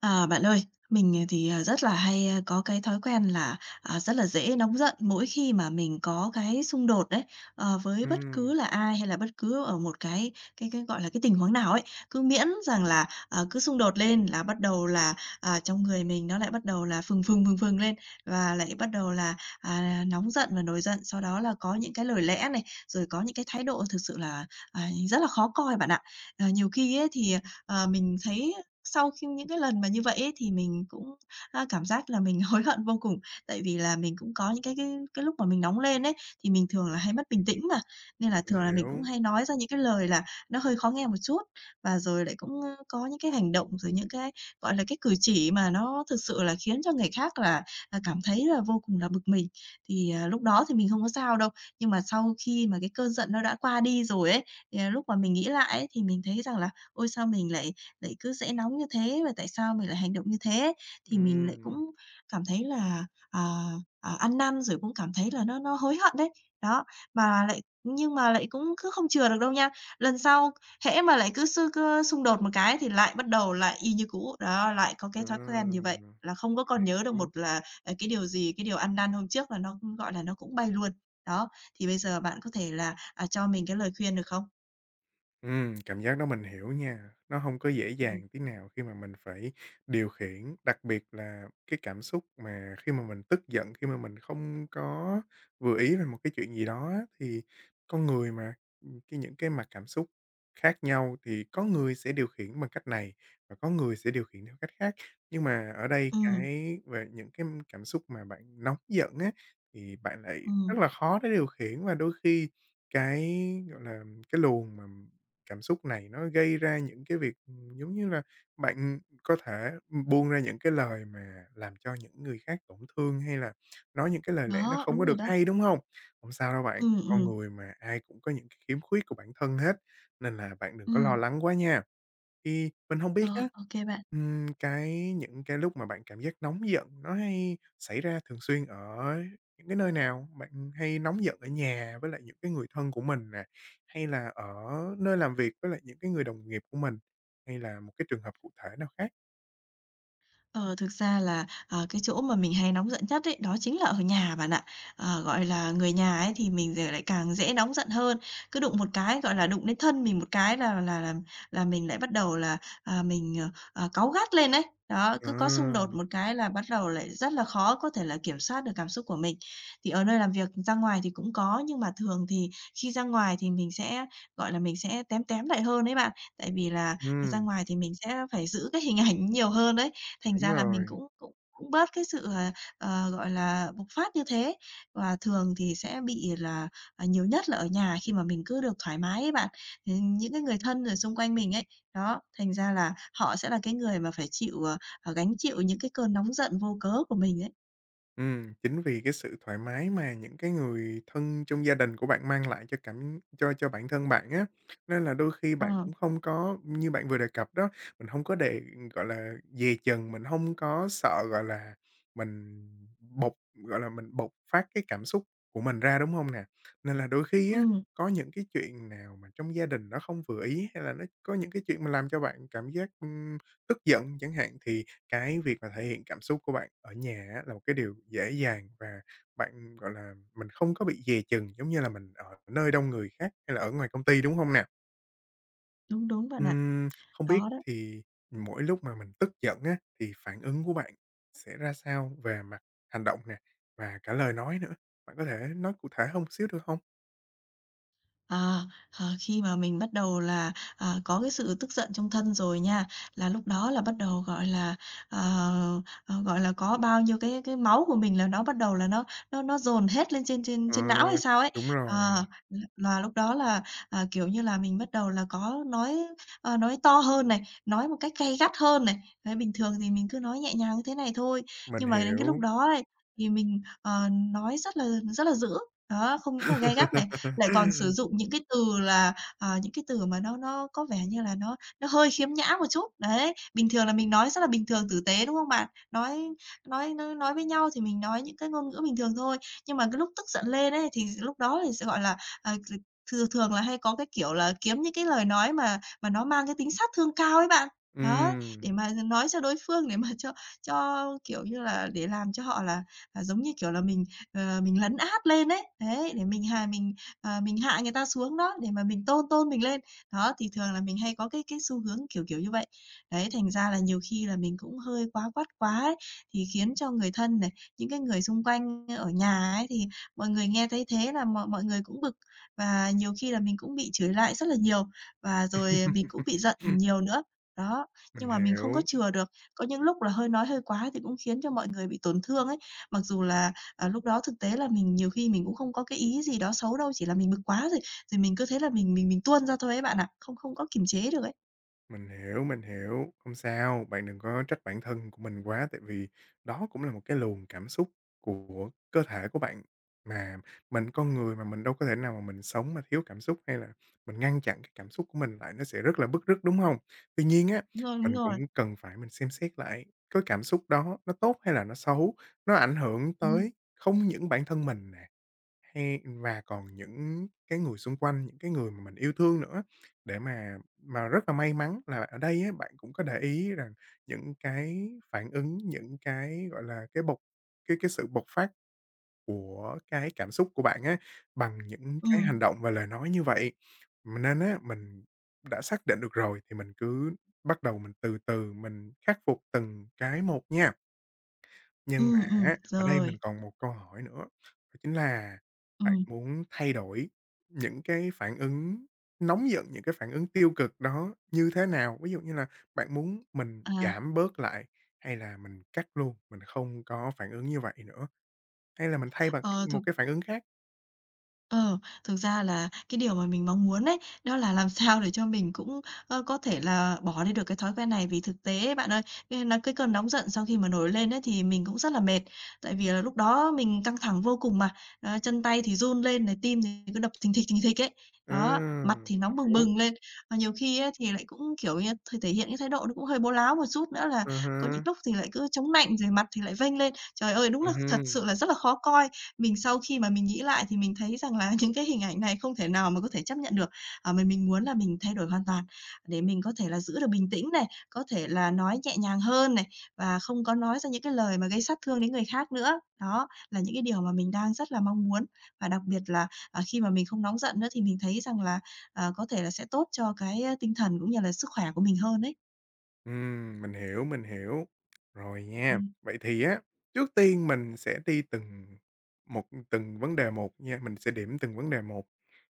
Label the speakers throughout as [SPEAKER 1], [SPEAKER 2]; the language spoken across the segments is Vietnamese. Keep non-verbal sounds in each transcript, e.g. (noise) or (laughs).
[SPEAKER 1] À, bạn ơi, mình, thì, rất là hay, có cái thói quen là, rất là dễ nóng giận mỗi khi mà mình có cái xung đột đấy, với bất cứ
[SPEAKER 2] Ừm,
[SPEAKER 1] là ai hay là bất cứ ở một cái, gọi là, cái tình huống nào ấy. Cứ miễn rằng là, cứ xung đột lên là bắt đầu là, trong người mình nó lại bắt đầu là phừng phừng, phừng phừng lên và lại bắt đầu là, nóng giận và nổi giận. Sau đó là có những cái lời lẽ này, rồi có những cái thái độ thực sự là, rất là khó coi bạn ạ. Nhiều khi ấy thì, mình thấy sau khi những cái lần mà như vậy ấy, thì mình cũng, cảm giác là mình (laughs) hối hận vô cùng, tại vì là mình cũng có những cái lúc mà mình nóng lên ấy, thì mình thường là hay mất bình tĩnh mà, nên là
[SPEAKER 2] mình
[SPEAKER 1] thường là mình cũng
[SPEAKER 2] hiểu.
[SPEAKER 1] hay nói ra những cái lời là nó hơi khó nghe một chút, và rồi lại cũng, có những cái hành động, rồi những cái, gọi là, cái cử chỉ mà nó thực sự là khiến cho người khác là cảm thấy là vô cùng là bực mình. Thì, lúc đó thì mình không có sao đâu, nhưng mà sau khi mà cái cơn giận nó đã qua đi rồi ấy, thì, lúc mà mình nghĩ lại ấy, thì mình thấy rằng là "Ôi, sao mình lại cứ dễ nóng như thế và tại sao mình lại hành động như thế?" Thì mình lại
[SPEAKER 2] Ừm,
[SPEAKER 1] cũng cảm thấy là, ăn năn rồi cũng cảm thấy là nó hối hận đấy. Đó, mà lại nhưng mà lại cũng cứ không chừa được đâu nha. Lần sau hễ mà lại cứ xung đột một cái thì lại bắt đầu lại y như cũ, đó, lại có
[SPEAKER 2] à,
[SPEAKER 1] cái thói quen như vậy,
[SPEAKER 2] mình
[SPEAKER 1] là không có còn nhớ được một
[SPEAKER 2] hiểu.
[SPEAKER 1] là, cái điều gì, cái điều ăn năn hôm trước là nó, cũng gọi là, nó cũng bay luôn. Đó, thì bây giờ bạn có thể là, cho mình cái lời khuyên được không?
[SPEAKER 2] Cảm giác đó mình hiểu nha. Nó không có dễ
[SPEAKER 1] Ừ,
[SPEAKER 2] dàng tí nào khi mà mình phải điều khiển, đặc biệt là cái cảm xúc mà khi mà mình tức giận, khi mà mình không có vừa ý về một cái chuyện gì đó á, thì con người mà, cái những cái mặt cảm xúc khác nhau thì có người sẽ điều khiển bằng cách này và có người sẽ điều khiển theo cách khác. Nhưng mà ở đây
[SPEAKER 1] ừ,
[SPEAKER 2] cái về những cái cảm xúc mà bạn nóng giận á, thì bạn lại rất
[SPEAKER 1] ừm,
[SPEAKER 2] là khó để điều khiển và đôi khi cái, gọi là, cái luồng mà cảm xúc này nó gây ra những cái việc, giống như là, bạn có thể, buông ra những cái lời mà làm cho những người khác tổn thương, hay là nói những cái lời lẽ nó
[SPEAKER 1] đó,
[SPEAKER 2] không có
[SPEAKER 1] đúng rồi
[SPEAKER 2] được
[SPEAKER 1] đó.
[SPEAKER 2] hay, đúng không? Không sao đâu bạn,
[SPEAKER 1] Ừm,
[SPEAKER 2] con
[SPEAKER 1] ừm,
[SPEAKER 2] người mà, ai cũng có những cái khiếm khuyết của bản thân hết, nên là bạn đừng có lo
[SPEAKER 1] ừm.
[SPEAKER 2] lắng quá nha. Thì mình không biết
[SPEAKER 1] Ờ,
[SPEAKER 2] á,
[SPEAKER 1] ô kê bạn.
[SPEAKER 2] cái những cái lúc mà bạn cảm giác nóng giận nó hay xảy ra thường xuyên ở những cái nơi nào? Bạn hay nóng giận ở nhà với lại những cái người thân của mình nè, hay là ở nơi làm việc với lại những cái người đồng nghiệp của mình? Hay là một cái trường hợp cụ thể nào khác?
[SPEAKER 1] Ờ, thực ra là, cái chỗ mà mình hay nóng giận nhất ấy, đó chính là ở nhà bạn ạ. Gọi là, người nhà ấy thì mình giờ lại càng dễ nóng giận hơn, cứ đụng một cái, gọi là, đụng đến thân mình một cái là mình lại bắt đầu là, mình, cáu gắt lên ấy. Đó, cứ có xung
[SPEAKER 2] À,
[SPEAKER 1] đột một cái là bắt đầu lại rất là khó có thể là kiểm soát được cảm xúc của mình. Thì ở nơi làm việc ra ngoài thì cũng có, nhưng mà thường thì khi ra ngoài thì mình sẽ, gọi là, mình sẽ tém tém lại hơn ấy bạn. Tại vì là, thật ra
[SPEAKER 2] ừm,
[SPEAKER 1] ngoài thì mình sẽ phải giữ cái hình ảnh (laughs) nhiều hơn đấy, thành
[SPEAKER 2] đúng
[SPEAKER 1] ra là mình
[SPEAKER 2] rồi.
[SPEAKER 1] cũng cũng cũng bớt cái sự, gọi là, bộc phát như thế. Và thường thì sẽ bị là, nhiều nhất là ở nhà khi mà mình cứ được thoải mái ấy bạn, thì những cái người thân rồi xung quanh mình ấy, đó, thành ra là họ sẽ là cái người mà phải chịu, gánh chịu những cái cơn nóng giận vô cớ của mình ấy.
[SPEAKER 2] Chính vì cái sự thoải mái mà những cái người thân trong gia đình của bạn mang lại cho cảm cho bản thân bạn á, nên là đôi khi bạn
[SPEAKER 1] Ờ,
[SPEAKER 2] cũng không có như bạn vừa đề cập đó, mình hông có gọi là, dè chừng, mình hông có sợ, gọi là, mình bộc gọi là, mình bộc phát cái cảm xúc của mình ra, đúng hông nè? Nên là đôi khi á,
[SPEAKER 1] ừm,
[SPEAKER 2] có những cái chuyện nào mà trong gia đình nó không vừa ý hay là nó có những cái chuyện mà làm cho bạn cảm giác, tức giận chẳng hạn thì cái việc mà thể hiện cảm xúc của bạn ở nhà á là một cái điều dễ dàng và bạn, gọi là, mình không có bị dè chừng giống như là mình ở nơi đông người khác hay là ở ngoài công ty, đúng không nè?
[SPEAKER 1] đúng, đúng bạn ạ,
[SPEAKER 2] Không biết
[SPEAKER 1] đó đó.
[SPEAKER 2] thì mỗi lúc mà mình tức giận á, thì phản ứng của bạn sẽ ra sao về mặt hành động nè, và cả lời nói nữa? Bạn có thể nói cụ thể hơn một xíu được không?
[SPEAKER 1] À, khi mà mình bắt đầu là, có cái sự tức giận trong thân rồi nha, là lúc đó là bắt đầu, gọi là, ờ, gọi là, có bao nhiêu cái máu của mình là nó bắt đầu là nó dồn hết lên trên trên
[SPEAKER 2] Ờ,
[SPEAKER 1] trên não hay sao ấy.
[SPEAKER 2] đúng
[SPEAKER 1] Ờ,
[SPEAKER 2] rồi,
[SPEAKER 1] là lúc đó là, kiểu như là, mình bắt đầu là có nói, nói to hơn này, nói một cách gay gắt hơn này. Đấy, bình thường thì mình cứ nói nhẹ nhàng như thế này thôi,
[SPEAKER 2] mình
[SPEAKER 1] nhưng mà đến cái lúc
[SPEAKER 2] hiểu.
[SPEAKER 1] đó ấy, thì mình, nói rất là dữ, đó, không những là gay gắt này, lại còn sử
[SPEAKER 2] (laughs)
[SPEAKER 1] dụng những cái từ là, những cái từ mà nó có vẻ như là nó hơi khiếm nhã một chút. Đấy, bình thường là mình nói rất là bình thường, tử tế, đúng không bạn? Nói với nhau thì mình nói những cái ngôn ngữ bình thường thôi, nhưng mà cái lúc tức giận lên ấy, thì lúc đó thì sẽ, gọi là, thường thường là hay có cái kiểu là kiếm những cái lời nói mà nó mang cái tính sát thương cao ấy bạn. Đó,
[SPEAKER 2] Ừm,
[SPEAKER 1] để mà nói cho đối phương để mà cho, kiểu như là, để làm cho họ là, giống như kiểu là, mình, mình lấn át lên ấy. Đấy, để mình hà mình Ờ, mình hạ người ta xuống đó, để mà mình tôn tôn mình lên. Đó, thì thường là mình hay có cái xu hướng kiểu kiểu như vậy. Đấy, thành ra là nhiều khi là mình cũng hơi quá quát quá ấy, thì khiến cho người thân này, những cái người xung quanh ở nhà ấy, thì mọi người nghe thấy thế là mọi mọi người cũng bực. Và nhiều khi là mình cũng bị chửi lại rất là nhiều, và rồi mình cũng
[SPEAKER 2] (laughs)
[SPEAKER 1] bị giận nhiều nữa. Đó, nhưng
[SPEAKER 2] mình
[SPEAKER 1] mà mình không có
[SPEAKER 2] hiểu.
[SPEAKER 1] chừa được. Có những lúc là hơi nói hơi quá thì cũng khiến cho mọi người bị tổn thương ấy. Mặc dù là Ờ, lúc đó thực tế là mình nhiều khi mình cũng không có cái ý gì đó xấu đâu, chỉ là mình bực quá rồi, rồi mình cứ thế là mình tuôn ra thôi ấy bạn ạ, không không có kiềm chế được ấy.
[SPEAKER 2] Mình hiểu, mình hiểu, không sao, bạn đừng có trách bản thân của mình quá, tại vì đó cũng là một cái luồng cảm xúc của cơ thể của bạn. Mà mình con người mà, mình đâu có thể nào mà mình sống mà thiếu cảm xúc, hay là mình ngăn chặn cái cảm xúc của mình lại, nó sẽ rất là bứt rứt, đúng không? Tuy nhiên á,
[SPEAKER 1] Đúng rồi, đúng
[SPEAKER 2] mình
[SPEAKER 1] rồi.
[SPEAKER 2] cũng cần phải mình xem xét lại cái cảm xúc đó nó tốt hay là nó xấu, nó ảnh hưởng
[SPEAKER 1] Ừm,
[SPEAKER 2] tới không những bản thân mình nè, hay và còn những cái người xung quanh, những cái người mà mình yêu thương nữa, để mà rất là may mắn là ở đây á, bạn cũng có để ý rằng những cái phản ứng, những cái, gọi là, cái sự bộc phát của cái cảm xúc của bạn á, bằng những cái hành
[SPEAKER 1] ừm,
[SPEAKER 2] động và lời nói như vậy. Mình đã xác định được rồi thì mình cứ bắt đầu mình từ từ mình khắc phục từng cái một nha. Nhưng mà á, ở đây mình
[SPEAKER 1] rồi,
[SPEAKER 2] còn một câu hỏi nữa, đó chính là bạn
[SPEAKER 1] ừm.
[SPEAKER 2] muốn thay đổi những cái phản ứng nóng giận, những cái phản ứng tiêu cực đó như thế nào? Ví dụ như là bạn muốn mình
[SPEAKER 1] à,
[SPEAKER 2] giảm bớt lại, hay là mình cắt luôn, mình không có phản ứng như vậy nữa, hay là mình thay bằng
[SPEAKER 1] ờ,
[SPEAKER 2] một
[SPEAKER 1] thực
[SPEAKER 2] cái phản ứng khác?
[SPEAKER 1] Ờ, thực ra là cái điều mà mình mong muốn đấy đó là làm (laughs) sao để cho mình cũng, có thể là bỏ đi được cái thói quen này. Vì thực tế ấy bạn ơi, cái cơn nóng giận sau khi mà nổi lên ấy thì mình cũng rất là mệt, tại vì là lúc đó mình căng thẳng vô cùng mà, đó, chân tay thì run lên này, tim thì cứ đập thình thịch ấy.
[SPEAKER 2] Ờ,
[SPEAKER 1] Đó, mặt
[SPEAKER 2] mình
[SPEAKER 1] thì nóng bừng
[SPEAKER 2] hiểu.
[SPEAKER 1] bừng lên, và nhiều khi ấy thì lại cũng, kiểu như, thể hiện cái thái độ nó cũng hơi bố láo một chút nữa là
[SPEAKER 2] À
[SPEAKER 1] có những
[SPEAKER 2] há,
[SPEAKER 1] lúc thì lại cứ chống nạnh, rồi mặt thì lại vênh lên. Trời ơi, đúng là thật sự
[SPEAKER 2] hưm.
[SPEAKER 1] là rất là khó coi. Mình sau khi mà mình nghĩ lại thì mình thấy rằng là (laughs) những cái hình ảnh này không thể nào mà có thể chấp nhận được. À, mà mình muốn là mình thay đổi hoàn toàn để mình có thể là giữ được bình tĩnh này, có thể là nói nhẹ nhàng hơn này và không có nói ra những cái lời mà gây sát thương đến người khác nữa. Đó là những cái điều mà mình đang rất là mong muốn và đặc biệt là, khi mà mình không nóng giận nữa thì mình thấy rằng là, có thể là sẽ tốt cho cái, tinh thần cũng như là sức khỏe của mình hơn đấy.
[SPEAKER 2] Mình hiểu, mình hiểu. Rồi nha,
[SPEAKER 1] Ừm,
[SPEAKER 2] vậy thì á, trước tiên mình sẽ đi một từng vấn đề một nha, mình sẽ điểm từng vấn đề một.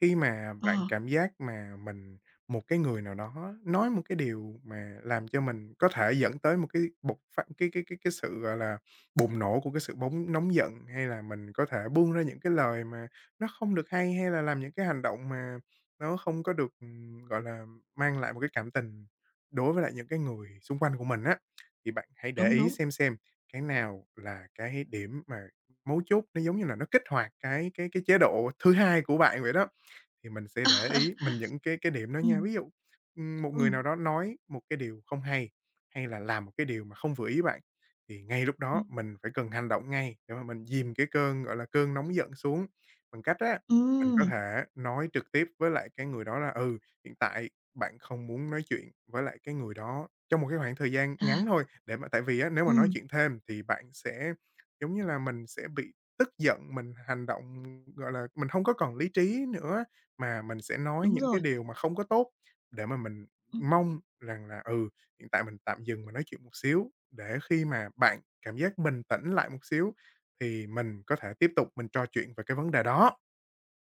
[SPEAKER 2] Khi mà bạn
[SPEAKER 1] ờ,
[SPEAKER 2] cảm giác mà mình một cái người nào đó nói một cái điều mà làm cho mình có thể dẫn tới một cái bộc phát cái sự, gọi là, bùng nổ của cái sự bóng nóng giận, hay là mình có thể buông ra những cái lời mà nó không được hay, hay là làm những cái hành động mà nó không có được, gọi là, mang lại một cái cảm tình đối với lại những cái người xung quanh của mình á, thì bạn hãy để
[SPEAKER 1] đúng,
[SPEAKER 2] ý
[SPEAKER 1] đúng.
[SPEAKER 2] xem cái nào là cái điểm mà mấu chốt, nó giống như là nó kích hoạt cái chế độ thứ hai của bạn vậy đó. Thì mình sẽ để ý mình những cái điểm đó
[SPEAKER 1] Ừ.
[SPEAKER 2] nha. Ví dụ, một
[SPEAKER 1] Ừ.
[SPEAKER 2] người nào đó nói một cái điều không hay, hay là làm một cái điều mà không vừa ý bạn, thì ngay lúc
[SPEAKER 1] Ừ.
[SPEAKER 2] đó mình phải cần hành động ngay để mà mình dìm cái cơn, gọi là, cơn nóng giận xuống. Bằng cách á, mình có
[SPEAKER 1] Ừm,
[SPEAKER 2] thể nói trực tiếp với lại cái người đó là "Ừ, hiện tại bạn không muốn nói chuyện với lại cái người đó trong một cái khoảng thời gian
[SPEAKER 1] à,
[SPEAKER 2] ngắn thôi." Để mà tại vì á, nếu mà nói
[SPEAKER 1] ừm,
[SPEAKER 2] chuyện thêm thì bạn sẽ giống như là mình sẽ bị tức giận, mình hành động, gọi là, mình không có còn lý trí nữa mà mình sẽ nói
[SPEAKER 1] đúng
[SPEAKER 2] những cái
[SPEAKER 1] rồi,
[SPEAKER 2] điều mà không có tốt để mà mình
[SPEAKER 1] ừm.
[SPEAKER 2] mong rằng là, hiện tại mình tạm dừng mình nói chuyện một xíu, để khi mà bạn cảm giác bình tĩnh lại một xíu thì mình có thể tiếp tục mình trò chuyện về cái vấn đề đó.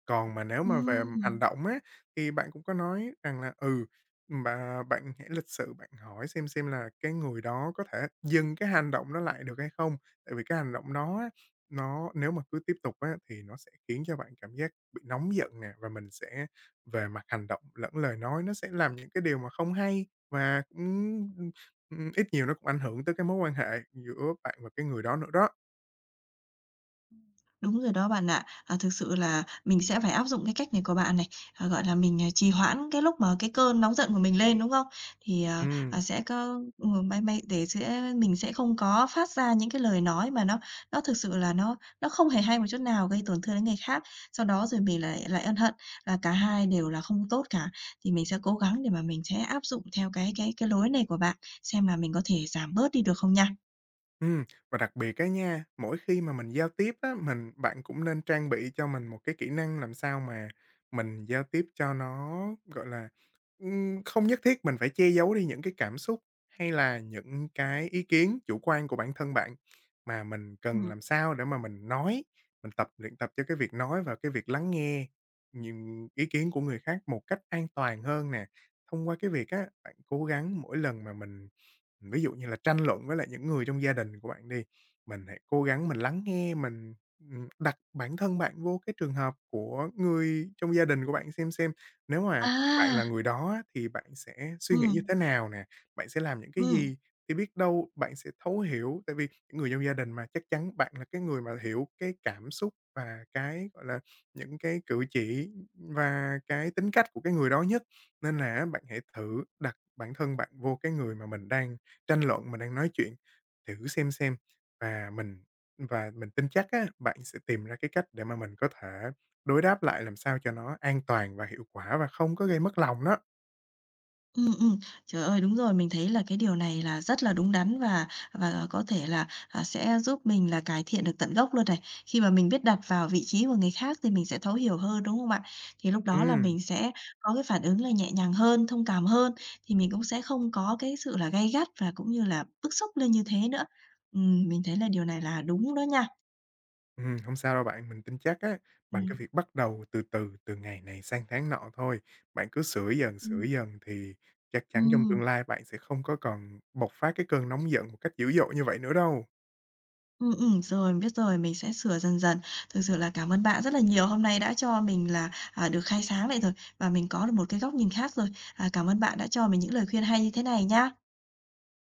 [SPEAKER 2] Còn mà nếu mà về hành
[SPEAKER 1] Ừm,
[SPEAKER 2] động á, thì bạn cũng có nói rằng là, mà bạn hãy lịch sự, bạn hỏi xem là cái người đó có thể dừng cái hành động đó lại được hay không? Tại vì cái hành động đó á, nó nếu mà cứ tiếp tục á, thì nó sẽ khiến cho bạn cảm giác bị nóng giận nè, và mình sẽ về mặt hành động lẫn lời nói nó sẽ làm những cái điều mà không hay và cũng, ừm, ít nhiều nó cũng ảnh hưởng tới cái mối quan hệ giữa bạn và cái người đó nữa đó.
[SPEAKER 1] đúng rồi đó bạn ạ. À, thực sự là mình sẽ phải áp dụng cái cách này của bạn này, gọi là, mình, trì hoãn cái lúc mà cái cơn nóng giận của mình lên, đúng không? Thì,
[SPEAKER 2] Ừm.
[SPEAKER 1] sẽ có may để mình sẽ không có phát ra những cái lời nói mà nó thực sự là nó không hề hay một chút nào, gây tổn thương đến người khác, sau đó rồi mình lại lại ân hận, là cả hai đều là không tốt cả. Thì mình sẽ cố gắng để mà mình sẽ áp dụng theo cái lối này của bạn, xem là mình có thể giảm bớt đi được không nha.
[SPEAKER 2] Ừm, và đặc biệt cái nha, mỗi khi mà mình giao tiếp á, mình bạn cũng nên trang bị cho mình một cái kỹ năng làm sao mà mình giao tiếp cho nó, gọi là, không nhất thiết mình phải che giấu đi những cái cảm xúc hay là những cái ý kiến chủ quan của bản thân bạn, mà mình cần
[SPEAKER 1] Ừm.
[SPEAKER 2] làm sao để mà mình nói, mình luyện tập cho cái việc nói và cái việc lắng nghe những ý kiến của người khác một cách an toàn hơn nè. Thông qua cái việc á, bạn cố gắng mỗi lần mà mình. Ví dụ như là tranh luận với lại những người trong gia đình của bạn đi, mình hãy cố gắng mình lắng nghe, đặt bản thân bạn vô cái trường hợp của người trong gia đình của bạn xem nếu mà bạn là
[SPEAKER 1] À,
[SPEAKER 2] người đó á, thì bạn sẽ suy nghĩ như
[SPEAKER 1] ừm,
[SPEAKER 2] thế nào nè, bạn sẽ làm những cái
[SPEAKER 1] ừm.
[SPEAKER 2] gì, thì biết đâu bạn sẽ thấu hiểu. Tại vì những người trong gia đình mà, chắc chắn bạn là cái người mà hiểu cái cảm xúc và cái, gọi là, những cái cử chỉ và cái tính cách của cái người đó nhất, nên là bạn hãy thử đặt bản thân bạn vô cái người mà mình đang tranh luận, mình đang nói chuyện, thử xem và mình và mình tin chắc á, bạn sẽ tìm ra cái cách để mà mình có thể đối đáp lại làm sao cho nó an toàn và hiệu quả và không có gây mất lòng đó.
[SPEAKER 1] Ừm, ừm. Trời ơi, đúng rồi, mình thấy là cái điều này là rất là đúng đắn và có thể là, sẽ giúp mình là cải thiện được tận gốc luôn này. Khi mà mình biết đặt vào vị trí của người khác thì mình sẽ thấu hiểu hơn, đúng không bạn? Thì lúc đó là
[SPEAKER 2] Ừm,
[SPEAKER 1] mình sẽ có cái phản ứng là nhẹ nhàng hơn, thông cảm hơn, thì mình cũng sẽ không có cái sự là gay gắt và cũng như là bức xúc lên như thế nữa. Mình thấy là điều này là đúng đó nha.
[SPEAKER 2] Hông sao đâu bạn, mình tin chắc á, bằng
[SPEAKER 1] Ừm.
[SPEAKER 2] cái việc bắt đầu từ từ, từ ngày này sang tháng nọ thôi, bạn cứ sửa
[SPEAKER 1] Ừm.
[SPEAKER 2] dần thì chắc chắn trong
[SPEAKER 1] Ừm.
[SPEAKER 2] tương lai bạn sẽ không có còn bộc phát cái cơn nóng giận một cách dữ dội như vậy nữa đâu.
[SPEAKER 1] Ừ, rồi, mình biết rồi, mình sẽ sửa dần dần. Thực sự là cảm ơn bạn rất là nhiều, hôm nay đã cho mình là, được khai sáng lại rồi, và mình có được một cái góc nhìn khác rồi. À, cảm ơn bạn đã cho mình những lời khuyên hay như thế này nhá.